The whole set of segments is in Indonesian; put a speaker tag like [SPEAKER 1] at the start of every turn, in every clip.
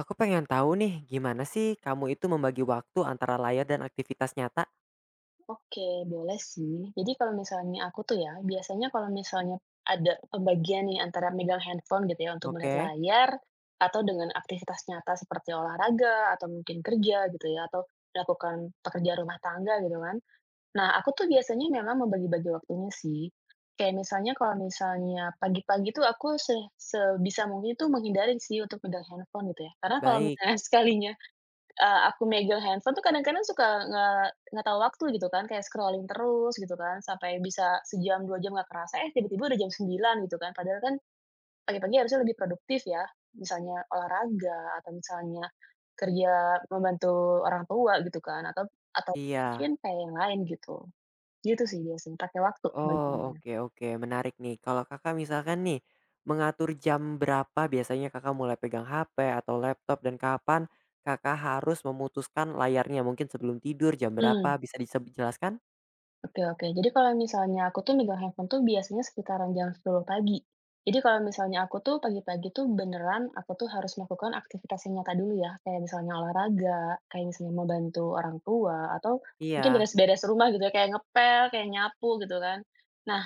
[SPEAKER 1] Aku pengen tahu nih, gimana sih kamu itu membagi waktu antara layar dan aktivitas nyata?
[SPEAKER 2] Oke, boleh sih. Jadi kalau misalnya aku tuh ya, biasanya kalau misalnya ada pembagian nih antara megang handphone gitu ya untuk melihat
[SPEAKER 1] Oke.
[SPEAKER 2] layar, atau dengan aktivitas nyata seperti olahraga, atau mungkin kerja gitu ya, atau melakukan pekerjaan rumah tangga gitu kan. Nah, aku tuh biasanya memang membagi-bagi waktunya sih. Kayak misalnya kalau misalnya pagi-pagi tuh aku sebisa mungkin tuh menghindari sih untuk megang handphone gitu ya. Karena kalau
[SPEAKER 1] Baik,
[SPEAKER 2] misalnya sekalinya aku megang handphone tuh kadang-kadang suka nge nggak tahu waktu gitu kan, kayak scrolling terus gitu kan, sampai bisa sejam, 2 jam nggak kerasa, eh tiba-tiba udah jam 9 gitu kan. Padahal kan pagi-pagi harusnya lebih produktif ya, misalnya olahraga atau misalnya kerja membantu orang tua gitu kan, atau mungkin
[SPEAKER 1] iya.
[SPEAKER 2] kayak yang lain gitu. Gitu sih biasanya, pakai waktu
[SPEAKER 1] Oh,
[SPEAKER 2] pembagiannya.
[SPEAKER 1] oke, oke, menarik nih. Kalau Kakak misalkan nih, mengatur jam berapa biasanya Kakak mulai pegang HP atau laptop dan kapan Kakak harus memutuskan layarnya? Mungkin sebelum tidur jam berapa,
[SPEAKER 2] Mmm.
[SPEAKER 1] bisa dijelaskan?
[SPEAKER 2] Oke oke. Jadi kalau misalnya aku tuh megang handphone tuh biasanya sekitaran jam 10 pagi. Jadi kalau misalnya aku tuh pagi-pagi tuh beneran aku tuh harus melakukan aktivitas yang nyata dulu ya, kayak misalnya olahraga, kayak misalnya mau bantu orang tua, atau mungkin
[SPEAKER 1] Iya,
[SPEAKER 2] beres-beres rumah gitu ya, kayak ngepel, kayak nyapu gitu kan. Nah,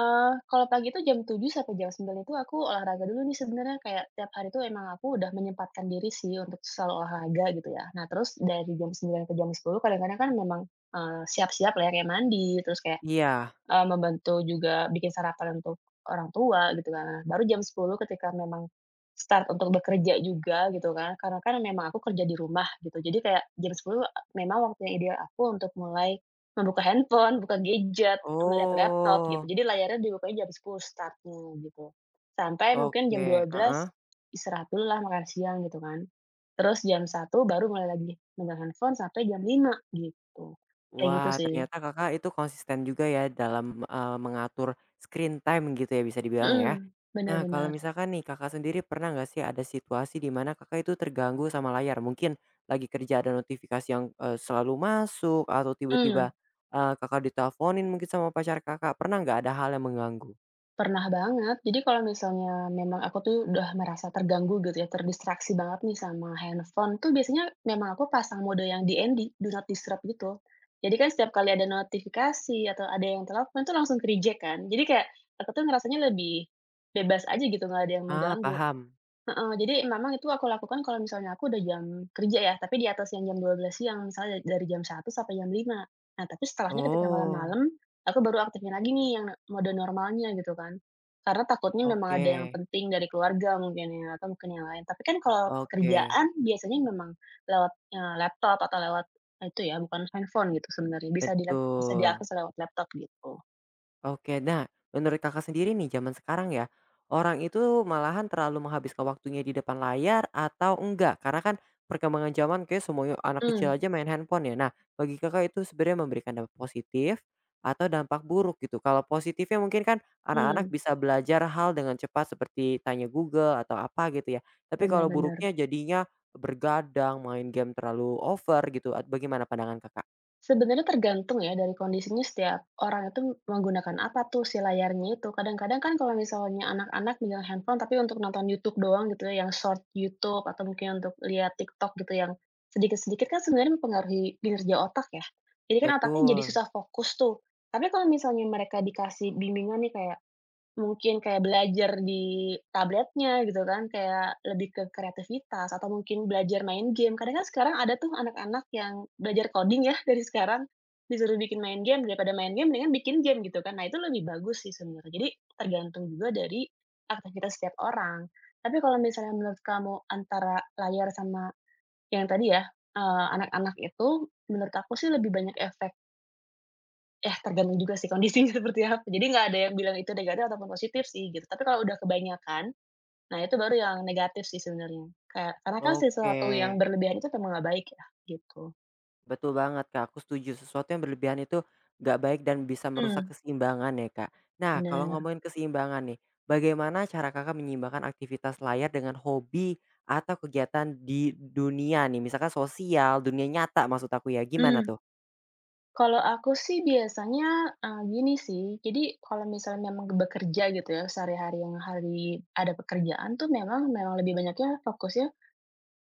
[SPEAKER 2] kalau pagi itu jam 7 sampai jam 9 itu aku olahraga dulu nih sebenarnya, kayak tiap hari tuh emang aku udah menyempatkan diri sih untuk selalu olahraga gitu ya. Nah terus dari jam 9 ke jam 10 kadang-kadang kan memang siap-siap lah ya kayak mandi, terus kayak,
[SPEAKER 1] iya.
[SPEAKER 2] Eee, membantu juga bikin sarapan untuk orang tua gitu kan. Nah, baru jam 10 ketika memang start untuk bekerja juga gitu kan, karena kan memang aku kerja di rumah gitu. Jadi kayak jam 10 memang waktu yang ideal aku untuk mulai membuka handphone, buka gadget, melihat laptop gitu.
[SPEAKER 1] Oh,
[SPEAKER 2] Jadi layarnya dibukanya jam 10 start-nya gitu. Sampai mungkin jam dua
[SPEAKER 1] oke.
[SPEAKER 2] belas istirahat dulu lah, makan siang gitu kan. Terus jam 1 baru mulai lagi megang handphone sampai jam 5 gitu. Kayak gitu
[SPEAKER 1] Wah,
[SPEAKER 2] sih.
[SPEAKER 1] ternyata Kakak itu konsisten juga ya dalam, mengatur screen time gitu ya bisa dibilang ya.
[SPEAKER 2] Mhm, bener
[SPEAKER 1] Nah, kalau
[SPEAKER 2] bener.
[SPEAKER 1] misalkan nih Kakak sendiri pernah nggak sih ada situasi di mana Kakak itu terganggu sama layar? Mungkin lagi kerja ada notifikasi yang, selalu masuk atau
[SPEAKER 2] Mmm,
[SPEAKER 1] tiba-tiba, Kakak diteleponin mungkin sama pacar Kakak, pernah nggak ada hal yang mengganggu?
[SPEAKER 2] pernah banget. Jadi kalau misalnya memang aku tuh udah merasa terganggu gitu ya, terdistraksi banget nih sama handphone tuh biasanya memang aku pasang mode yang DND, Do Not Disturb gitu. Jadi kan setiap kali ada notifikasi atau ada yang telepon tuh langsung ke-reject kan. Jadi kayak aku tuh ngerasanya lebih bebas aja gitu, nggak ada yang
[SPEAKER 1] Ah,
[SPEAKER 2] mengganggu.
[SPEAKER 1] paham.
[SPEAKER 2] Heeh, jadi memang itu aku lakukan kalau misalnya aku udah jam kerja ya, tapi di atas yang jam 12.00 siang, misalnya dari jam 1 sampai jam 5. Nah, tapi setelahnya ketika
[SPEAKER 1] Oh,
[SPEAKER 2] malam-malam, aku baru aktifin lagi nih yang mode normalnya gitu kan. Karena takutnya memang
[SPEAKER 1] oke,
[SPEAKER 2] ada yang penting dari keluarga mungkin ya, atau mungkin yang lain. Tapi kan kalau
[SPEAKER 1] oke,
[SPEAKER 2] pekerjaan biasanya memang lewat, laptop atau lewat eh, itu ya, bukan handphone gitu sebenarnya, bisa
[SPEAKER 1] betul.
[SPEAKER 2] diakses lewat laptop gitu.
[SPEAKER 1] Oke, nah menurut Kakak sendiri nih zaman sekarang ya, orang itu malahan terlalu menghabiskan waktunya di depan layar atau enggak? Karena kan perkembangan zaman kayak semuanya anak
[SPEAKER 2] Hmm,
[SPEAKER 1] kecil aja main handphone ya. Nah, bagi Kakak itu sebenarnya memberikan dampak positif atau dampak buruk gitu. Kalau positifnya mungkin kan
[SPEAKER 2] mhm,
[SPEAKER 1] anak-anak bisa belajar hal dengan cepat seperti tanya Google atau apa gitu ya. Tapi
[SPEAKER 2] benar
[SPEAKER 1] kalau
[SPEAKER 2] bener.
[SPEAKER 1] buruknya jadinya bergadang, main game terlalu over gitu. Bagaimana pandangan Kakak?
[SPEAKER 2] Sebenarnya tergantung ya dari kondisinya setiap orang itu menggunakan apa tuh si layarnya itu. Kadang-kadang kan kalau misalnya anak-anak megang handphone tapi untuk nonton YouTube doang gitu ya, yang short YouTube atau mungkin untuk lihat TikTok gitu yang sedikit-sedikit kan sebenarnya mempengaruhi kinerja otak ya. Jadi kan otaknya jadi
[SPEAKER 1] Betul.
[SPEAKER 2] susah fokus tuh. Tapi kalau misalnya mereka dikasih bimbingan nih kayak mungkin kayak belajar di tabletnya gitu kan, kayak lebih ke kreativitas atau mungkin belajar main game. Kadang kan sekarang ada tuh anak-anak yang belajar coding ya dari sekarang, disuruh bikin main game, daripada main game dengan bikin game gitu kan. Nah itu lebih bagus sih sebenarnya. Jadi tergantung juga dari aktivitas setiap orang. Tapi kalau misalnya menurut kamu antara layar sama yang tadi ya, anak-anak itu, menurut aku sih lebih banyak efek ya tergantung juga sih kondisinya seperti apa. Jadi nggak ada yang bilang itu negatif ataupun positif sih gitu. Tapi kalau udah kebanyakan, nah itu baru yang negatif sih sebenarnya. Kayak karena kan
[SPEAKER 1] Oke.
[SPEAKER 2] sesuatu yang berlebihan itu memang nggak baik ya, gitu.
[SPEAKER 1] Betul banget Kak, aku setuju. Sesuatu yang berlebihan itu nggak baik dan bisa merusak
[SPEAKER 2] Mmm.
[SPEAKER 1] keseimbangan ya Kak. Nah kalau
[SPEAKER 2] Bener.
[SPEAKER 1] ngomongin keseimbangan nih, bagaimana cara Kakak menyeimbangkan aktivitas layar dengan hobi atau kegiatan di dunia nih? Misalkan sosial, dunia nyata maksud aku ya, gimana
[SPEAKER 2] Mmm.
[SPEAKER 1] tuh?
[SPEAKER 2] Kalau aku sih biasanya, gini sih, jadi kalau misalnya memang bekerja gitu ya, sehari-hari yang hari ada pekerjaan tuh memang memang lebih banyaknya fokusnya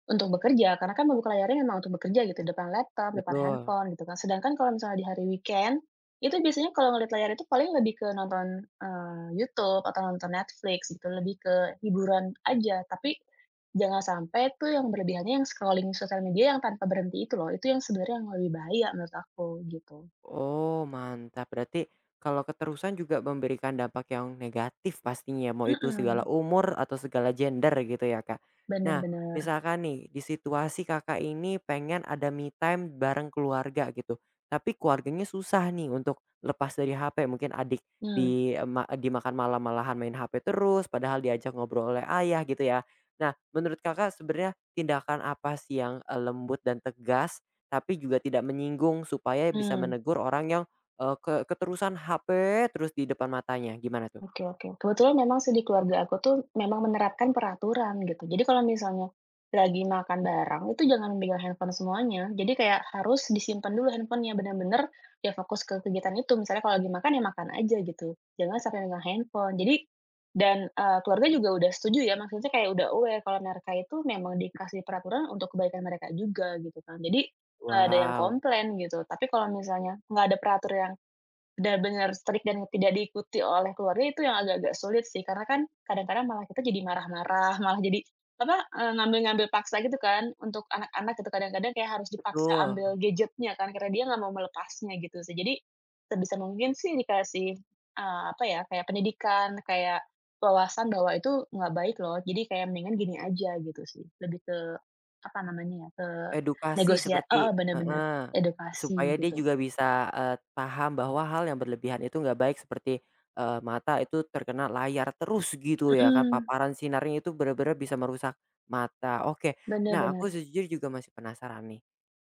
[SPEAKER 2] untuk bekerja, karena kan membuka layarnya memang untuk bekerja gitu, depan laptop, depan
[SPEAKER 1] Betul.
[SPEAKER 2] handphone gitu kan. Sedangkan kalau misalnya di hari weekend, itu biasanya kalau ngeliat layar itu paling lebih ke nonton, YouTube atau nonton Netflix gitu, lebih ke hiburan aja. Tapi jangan sampai tuh yang berlebihannya yang scrolling sosial media yang tanpa berhenti itu loh, itu yang sebenarnya yang lebih bahaya menurut aku gitu.
[SPEAKER 1] Oh, mantap. Berarti kalau keterusan juga memberikan dampak yang negatif pastinya, ya, mau itu
[SPEAKER 2] Mhm,
[SPEAKER 1] segala umur atau segala gender gitu ya, Kak.
[SPEAKER 2] bener
[SPEAKER 1] Nah,
[SPEAKER 2] bener.
[SPEAKER 1] misalkan nih di situasi Kakak ini pengen ada me time bareng keluarga gitu, tapi keluarganya susah nih untuk lepas dari HP, mungkin adik
[SPEAKER 2] Mmm,
[SPEAKER 1] di eh, ma dimakan malam malahan main HP terus padahal diajak ngobrol oleh ayah gitu ya. Nah, menurut Kakak sebenarnya tindakan apa sih yang, lembut dan tegas tapi juga tidak menyinggung supaya bisa
[SPEAKER 2] mhm.
[SPEAKER 1] menegur orang yang, eee, ke keterusan HP terus di depan matanya, gimana tuh?
[SPEAKER 2] Oke oke. Kebetulan memang sih di keluarga aku tuh memang menerapkan peraturan gitu. Jadi kalau misalnya lagi makan bareng itu jangan memegang handphone semuanya. Jadi kayak harus disimpan dulu handphonenya benar-benar ya fokus ke kegiatan itu. Misalnya kalau lagi makan ya makan aja gitu. Jangan sampai megang handphone. Jadi dan keluarga juga udah setuju ya, maksudnya kayak udah aware kalau mereka itu memang dikasih peraturan untuk kebaikan mereka juga gitu kan. Jadi nggak ada yang
[SPEAKER 1] Wow,
[SPEAKER 2] komplain gitu. Tapi kalau misalnya nggak ada peraturan benar-benar strict dan tidak diikuti oleh keluarga itu yang agak-agak sulit sih, karena kan kadang-kadang malah kita jadi marah-marah, malah jadi, apa, ngambil-ngambil paksa gitu kan untuk anak-anak gitu kadang-kadang kayak harus dipaksa ambil
[SPEAKER 1] betul.
[SPEAKER 2] gadgetnya kan karena dia nggak mau melepasnya gitu sih. Jadi, sebisa mungkin sih dikasih, apa ya, kayak pendidikan, kayak wawasan bahwa itu nggak baik loh, jadi kayak mendingan gini aja gitu sih, lebih ke, apa namanya ya, ke
[SPEAKER 1] Edukasi
[SPEAKER 2] negosiasi
[SPEAKER 1] seperti
[SPEAKER 2] heeh, bener bener,
[SPEAKER 1] heeh,
[SPEAKER 2] edukasi
[SPEAKER 1] supaya dia
[SPEAKER 2] gitu.
[SPEAKER 1] juga bisa, paham bahwa hal yang berlebihan itu nggak baik seperti, mata itu terkena layar terus gitu ya kan,
[SPEAKER 2] Mhm,
[SPEAKER 1] paparan sinarnya itu benar-benar bisa merusak mata. Oke,
[SPEAKER 2] bener
[SPEAKER 1] nah aku
[SPEAKER 2] bener,
[SPEAKER 1] sejujurnya juga masih penasaran nih.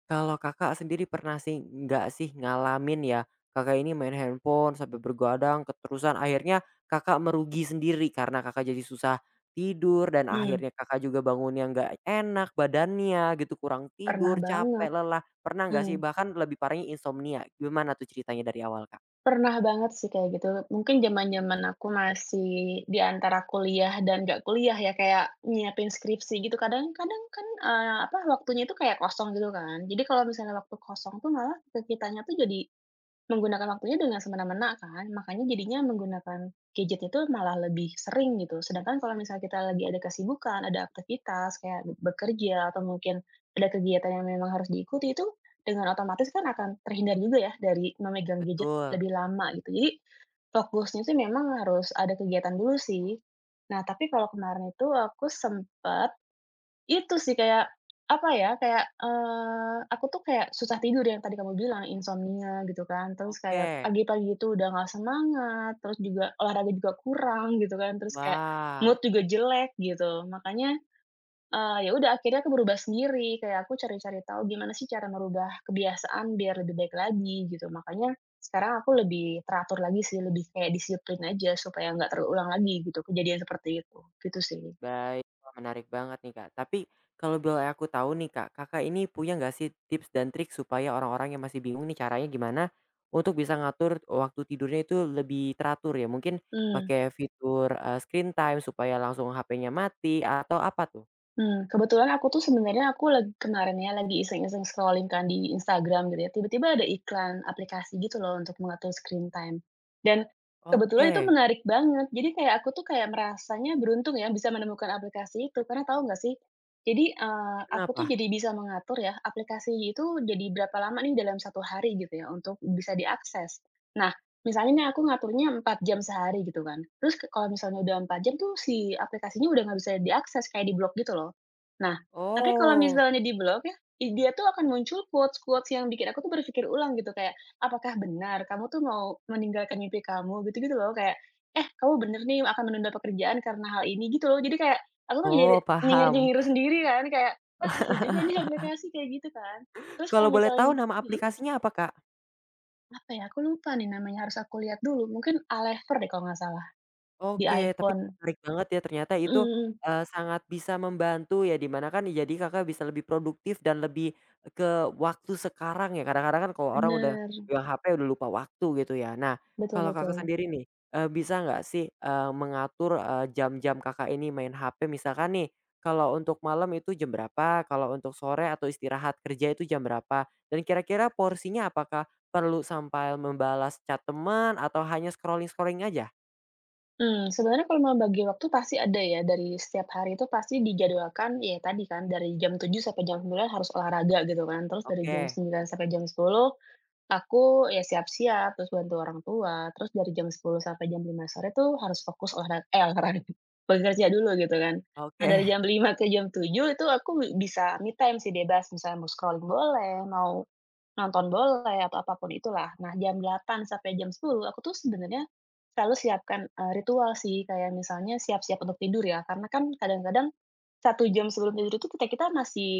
[SPEAKER 1] Kalau Kakak sendiri pernah nggak sih ngalamin ya, Kakak ini main handphone sampai begadang keterusan akhirnya Kakak merugi sendiri karena Kakak jadi susah tidur dan
[SPEAKER 2] mmm.
[SPEAKER 1] akhirnya Kakak juga bangunnya nggak enak badannya gitu, kurang
[SPEAKER 2] Pernah
[SPEAKER 1] tidur,
[SPEAKER 2] banget,
[SPEAKER 1] capek, lelah. Pernah nggak
[SPEAKER 2] mmm,
[SPEAKER 1] sih? Bahkan lebih parahnya insomnia. Gimana tuh ceritanya dari awal, Kak?
[SPEAKER 2] pernah banget sih kayak gitu. Mungkin zaman-zaman aku masih di antara kuliah dan gak kuliah ya, kayak nyiapin skripsi gitu. Kadang-kadang kan, apa, waktunya itu kayak kosong gitu kan. Jadi kalau misalnya waktu kosong tuh malah ke kitanya tuh jadi menggunakan waktunya dengan semena-mena kan, makanya jadinya menggunakan gadget itu malah lebih sering gitu. Sedangkan kalau misalnya kita lagi ada kesibukan, ada aktivitas kayak bekerja atau mungkin ada kegiatan yang memang harus diikuti itu dengan otomatis kan akan terhindar juga ya dari memegang gadget
[SPEAKER 1] Betul.
[SPEAKER 2] lebih lama gitu. Jadi fokusnya sih memang harus ada kegiatan dulu sih. Nah, tapi kalau kemarin itu aku sempat itu sih kayak, apa ya, kayak, aku tuh kayak susah tidur yang tadi kamu bilang, insomnia gitu kan, terus
[SPEAKER 1] Oke.
[SPEAKER 2] kayak pagi-pagi itu udah nggak semangat, terus juga olahraga juga kurang gitu kan, terus kayak
[SPEAKER 1] Wah.
[SPEAKER 2] mood juga jelek gitu. Makanya, ya udah akhirnya aku berubah sendiri, kayak aku cari-cari tahu gimana sih cara merubah kebiasaan biar lebih baik lagi gitu. Makanya sekarang aku lebih teratur lagi sih, lebih kayak disiplin aja supaya nggak terulang lagi gitu kejadian seperti itu, gitu sih.
[SPEAKER 1] Baik, wah menarik banget nih, Kak. Tapi kalau boleh aku tahu nih, Kak, Kakak ini punya nggak sih tips dan trik supaya orang-orang yang masih bingung nih caranya gimana untuk bisa ngatur waktu tidurnya itu lebih teratur ya? Mungkin
[SPEAKER 2] Mmm.
[SPEAKER 1] pakai fitur, screen time supaya langsung HP-nya mati atau apa tuh?
[SPEAKER 2] Kebetulan aku tuh sebenarnya aku lagi kemarin ya lagi iseng-iseng scrolling kan di Instagram gitu ya, tiba-tiba ada iklan aplikasi gitu loh untuk mengatur screen time. Dan kebetulan itu
[SPEAKER 1] Oke,
[SPEAKER 2] menarik banget, jadi kayak aku tuh kayak merasanya beruntung ya bisa menemukan aplikasi itu, karena tahu nggak sih, jadi, aku tuh
[SPEAKER 1] kenapa?
[SPEAKER 2] jadi bisa mengatur ya aplikasi itu jadi berapa lama nih dalam satu hari gitu ya untuk bisa diakses. Nah, misalnya nih aku ngaturnya 4 jam sehari gitu kan, terus ke kalau misalnya udah 4 jam tuh si aplikasinya udah nggak bisa diakses, kayak di blok gitu loh. Nah, tapi kalau
[SPEAKER 1] Oh.
[SPEAKER 2] misalnya di blok ya, dia tuh akan muncul quotes-quotes yang bikin aku tuh berpikir ulang gitu, kayak, "Apakah benar kamu tuh mau meninggalkan mimpi kamu?" Gitu-gitu loh, kayak, "Eh, kamu bener nih akan menunda pekerjaan karena hal ini." Gitu loh. Jadi kayak aku tuh jadi
[SPEAKER 1] Oh, paham.
[SPEAKER 2] nyengir-nyengir sendiri kan, kayak, "Wah seru juga nih aplikasi," kayak gitu kan. Terus kalau
[SPEAKER 1] Kalau boleh tahu
[SPEAKER 2] misalnya
[SPEAKER 1] nama
[SPEAKER 2] mhm?
[SPEAKER 1] aplikasinya apa, Kak?
[SPEAKER 2] Apa ya, aku lupa nih namanya, harus aku lihat dulu. Mungkin Alever deh kalau nggak salah, di
[SPEAKER 1] Oke, tapi
[SPEAKER 2] iPhone.
[SPEAKER 1] menarik banget ya ternyata itu,
[SPEAKER 2] Mhm,
[SPEAKER 1] sangat bisa membantu ya di kan jadi Kakak bisa lebih produktif dan lebih ke waktu sekarang ya kadang-kadang kan kalau orang udah
[SPEAKER 2] bener,
[SPEAKER 1] pegang HP udah lupa waktu gitu ya. Nah
[SPEAKER 2] betul
[SPEAKER 1] kalau Kakak
[SPEAKER 2] betul.
[SPEAKER 1] sendiri nih, bisa nggak sih, mengatur, jam-jam Kakak ini main HP misalkan nih, kalau untuk malam itu jam berapa, kalau untuk sore atau istirahat kerja itu jam berapa? Dan kira-kira porsinya apakah perlu sampai membalas chat teman atau hanya scrolling-scrolling aja?
[SPEAKER 2] Sebenarnya kalau mau bagi waktu pasti ada ya, dari setiap hari itu pasti dijadwalkan, ya tadi kan, dari jam 7 sampai jam 9 harus olahraga gitu kan, terus dari jam
[SPEAKER 1] Oke.
[SPEAKER 2] sembilan sampai jam sepuluh. Aku ya siap-siap, terus bantu orang tua, terus dari jam 10 sampai jam 5 sore tuh harus fokus olahraga eh, olahraga, bekerja dulu gitu kan. Nah
[SPEAKER 1] Oke,
[SPEAKER 2] dari jam 5 ke jam 7 itu aku bisa me time sih bebas, misalnya mau scrolling boleh, mau nonton bola ya atau apa pun itulah. Nah, jam 8 sampai jam 10 aku tuh sebenarnya selalu siapkan, ritual sih, kayak misalnya siap-siap untuk tidur ya, karena kan kadang-kadang 1 jam sebelum tidur itu kita kita masih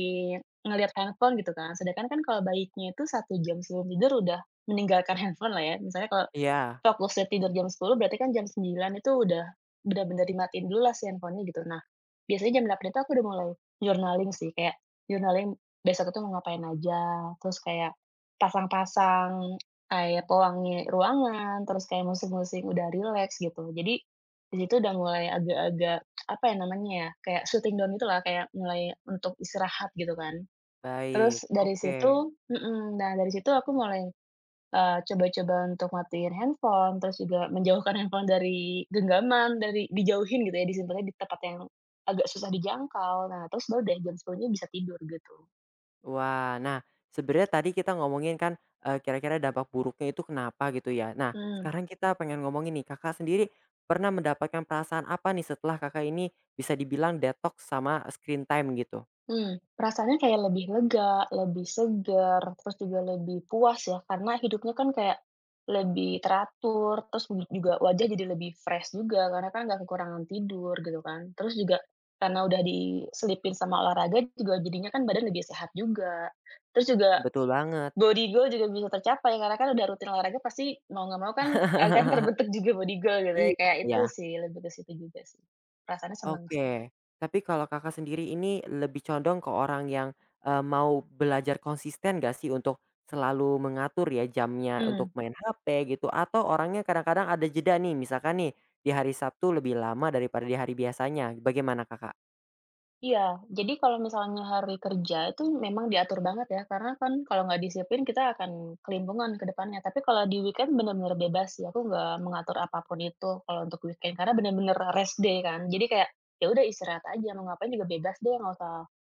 [SPEAKER 2] ngelihat handphone gitu kan, sedangkan kan kalau baiknya itu 1 jam sebelum tidur udah meninggalkan handphone lah ya. Misalnya kalau
[SPEAKER 1] iya,
[SPEAKER 2] fokusnya tidur jam 10 berarti kan jam 9 itu udah bener-bener dimatiin dulu lah si handphone-nya gitu. Nah, biasanya jam 8 itu aku udah mulai journaling sih, kayak journaling besok itu mau ngapain aja, terus kayak pasang-pasang kayak pewangi ruangan, terus kayak musik-musik udah rileks gitu. Jadi di situ udah mulai agak-agak, apa ya namanya ya, kayak shutting down gitu lah, kayak mulai untuk istirahat gitu kan.
[SPEAKER 1] baik,
[SPEAKER 2] Terus dari
[SPEAKER 1] oke.
[SPEAKER 2] situ mhm, nah dari situ aku mulai coba-coba untuk matiin handphone, terus juga menjauhkan handphone dari genggaman, dari dijauhin gitu ya, disimpannya di tempat yang agak susah dijangkau. Nah, terus baru deh jam 10.00 bisa tidur gitu.
[SPEAKER 1] Wah, nah sebenarnya tadi kita ngomongin kan, kira-kira dampak buruknya itu kenapa gitu ya. Nah
[SPEAKER 2] Hmm,
[SPEAKER 1] sekarang kita pengen ngomongin nih, Kakak sendiri pernah mendapatkan perasaan apa nih setelah Kakak ini bisa dibilang detox sama screen time gitu?
[SPEAKER 2] mhm, perasaannya kayak lebih lega, lebih segar, terus juga lebih puas ya, karena hidupnya kan kayak lebih teratur, terus juga wajah jadi lebih fresh juga, karena kan nggak kekurangan tidur gitu kan. Terus juga karena udah diselipin sama olahraga juga jadinya kan badan lebih sehat juga. Terus juga
[SPEAKER 1] Betul banget.
[SPEAKER 2] body goal juga bisa tercapai karena kan udah rutin olahraga pasti mau nggak mau kan akan terbentuk juga body goal gitu ya, kayak itu
[SPEAKER 1] Iya.
[SPEAKER 2] sih, lebih ke situ juga sih. Rasanya seneng sih.
[SPEAKER 1] Oke, tapi kalau Kakak sendiri ini lebih condong ke orang yang, mau belajar konsisten nggak sih untuk selalu mengatur ya jamnya untuk
[SPEAKER 2] Mmm.
[SPEAKER 1] main HP gitu atau orangnya kadang-kadang ada jeda nih misalkan nih di hari Sabtu lebih lama daripada di hari biasanya, bagaimana Kakak?
[SPEAKER 2] Iya, jadi kalau misalnya hari kerja itu memang diatur banget ya, karena kan kalau nggak disiplin kita akan kelimpungan ke depannya. Tapi kalau di weekend benar-benar bebas sih, aku nggak mengatur apapun itu kalau untuk weekend, karena benar-benar rest day kan. Jadi kayak ya udah istirahat aja, mau ngapain juga bebas deh, nggak usah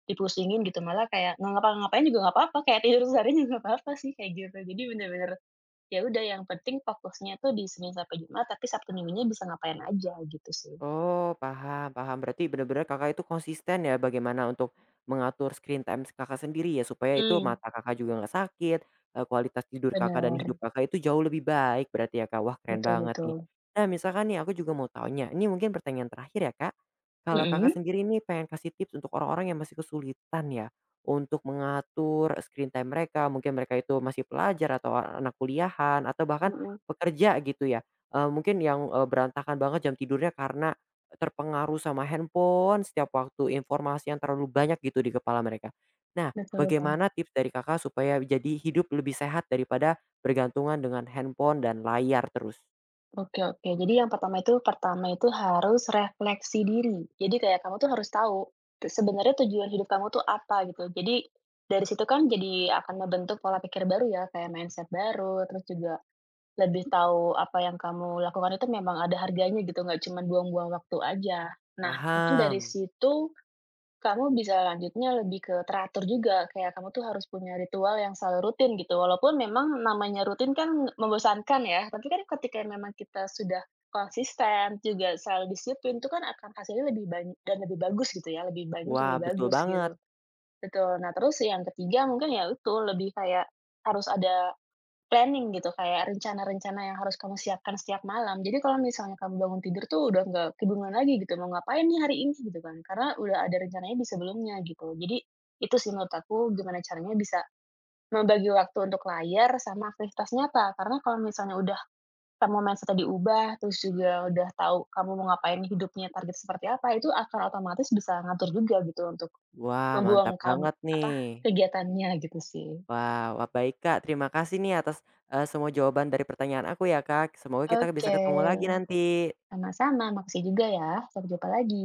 [SPEAKER 2] dipusingin gitu. Malah kayak nggak ngapa-ngapain juga nggak apa-apa, kayak tidur sehari juga nggak apa-apa sih kayak gitu. Jadi benar-benar ya udah yang penting fokusnya tuh di Senin sampai Jumat, tapi Sabtu Minggunya bisa ngapain aja gitu sih.
[SPEAKER 1] Oh, paham, paham. Berarti benar-benar Kakak itu konsisten ya bagaimana untuk mengatur screen time Kakak sendiri ya, supaya itu
[SPEAKER 2] Hmm,
[SPEAKER 1] mata Kakak juga nggak sakit, kualitas tidur Kakak dan
[SPEAKER 2] benar,
[SPEAKER 1] hidup Kakak itu jauh lebih baik berarti ya, Kak. Wah, keren
[SPEAKER 2] betul
[SPEAKER 1] banget nih.
[SPEAKER 2] betul.
[SPEAKER 1] Nah, misalkan nih aku juga mau tanya, ini mungkin pertanyaan terakhir ya, Kak. Kalau
[SPEAKER 2] Mhm.
[SPEAKER 1] Kakak sendiri ini pengen kasih tips untuk orang-orang yang masih kesulitan ya, untuk mengatur screen time mereka, mungkin mereka itu masih pelajar atau anak kuliahan atau bahkan
[SPEAKER 2] Mhm.
[SPEAKER 1] pekerja gitu ya, mungkin yang, berantakan banget jam tidurnya karena terpengaruh sama handphone setiap waktu informasi yang terlalu banyak gitu di kepala mereka. Nah,
[SPEAKER 2] Betul betul.
[SPEAKER 1] bagaimana tips dari Kakak supaya jadi hidup lebih sehat daripada bergantungan dengan handphone dan layar terus?
[SPEAKER 2] Oke oke. Jadi yang pertama itu harus refleksi diri. Jadi kayak kamu tuh harus tahu, sebenarnya tujuan hidup kamu tuh apa gitu. Jadi dari situ kan jadi akan membentuk pola pikir baru ya, kayak mindset baru, terus juga lebih tahu apa yang kamu lakukan itu memang ada harganya gitu, nggak cuma buang-buang waktu aja. Nah, mungkin dari
[SPEAKER 1] Paham.
[SPEAKER 2] situ kamu bisa lanjutnya lebih ke teratur juga, kayak kamu tuh harus punya ritual yang selalu rutin gitu, walaupun memang namanya rutin kan membosankan ya, tapi kan ketika memang kita sudah konsisten, juga selalu disiplin, itu kan akan hasilnya lebih banyak dan lebih bagus gitu ya, lebih banyak dan
[SPEAKER 1] Wah,
[SPEAKER 2] lebih
[SPEAKER 1] betul
[SPEAKER 2] bagus gitu.
[SPEAKER 1] banget.
[SPEAKER 2] Betul, nah terus yang ketiga mungkin ya itu, lebih kayak harus ada planning gitu, kayak rencana-rencana yang harus kamu siapkan setiap malam. Jadi kalau misalnya kamu bangun tidur tuh udah nggak kebingungan lagi gitu, mau ngapain nih hari ini gitu kan, karena udah ada rencananya di sebelumnya gitu. Jadi itu sih menurut aku gimana caranya bisa membagi waktu untuk layar sama aktivitas nyata. Karena kalau misalnya udah kamu mindset diubah, terus juga udah tahu kamu mau ngapain hidupnya, target seperti apa, itu akan otomatis bisa ngatur juga gitu untuk
[SPEAKER 1] Wah,
[SPEAKER 2] membuang
[SPEAKER 1] mantap
[SPEAKER 2] kamu
[SPEAKER 1] banget
[SPEAKER 2] apa,
[SPEAKER 1] nih.
[SPEAKER 2] kegiatannya gitu sih.
[SPEAKER 1] Wah, wah, baik Kak, terima kasih nih atas, semua jawaban dari pertanyaan aku ya Kak. Semoga kita bisa
[SPEAKER 2] Oke.
[SPEAKER 1] ketemu lagi nanti.
[SPEAKER 2] Sama-sama, makasih juga ya. Sampai jumpa lagi.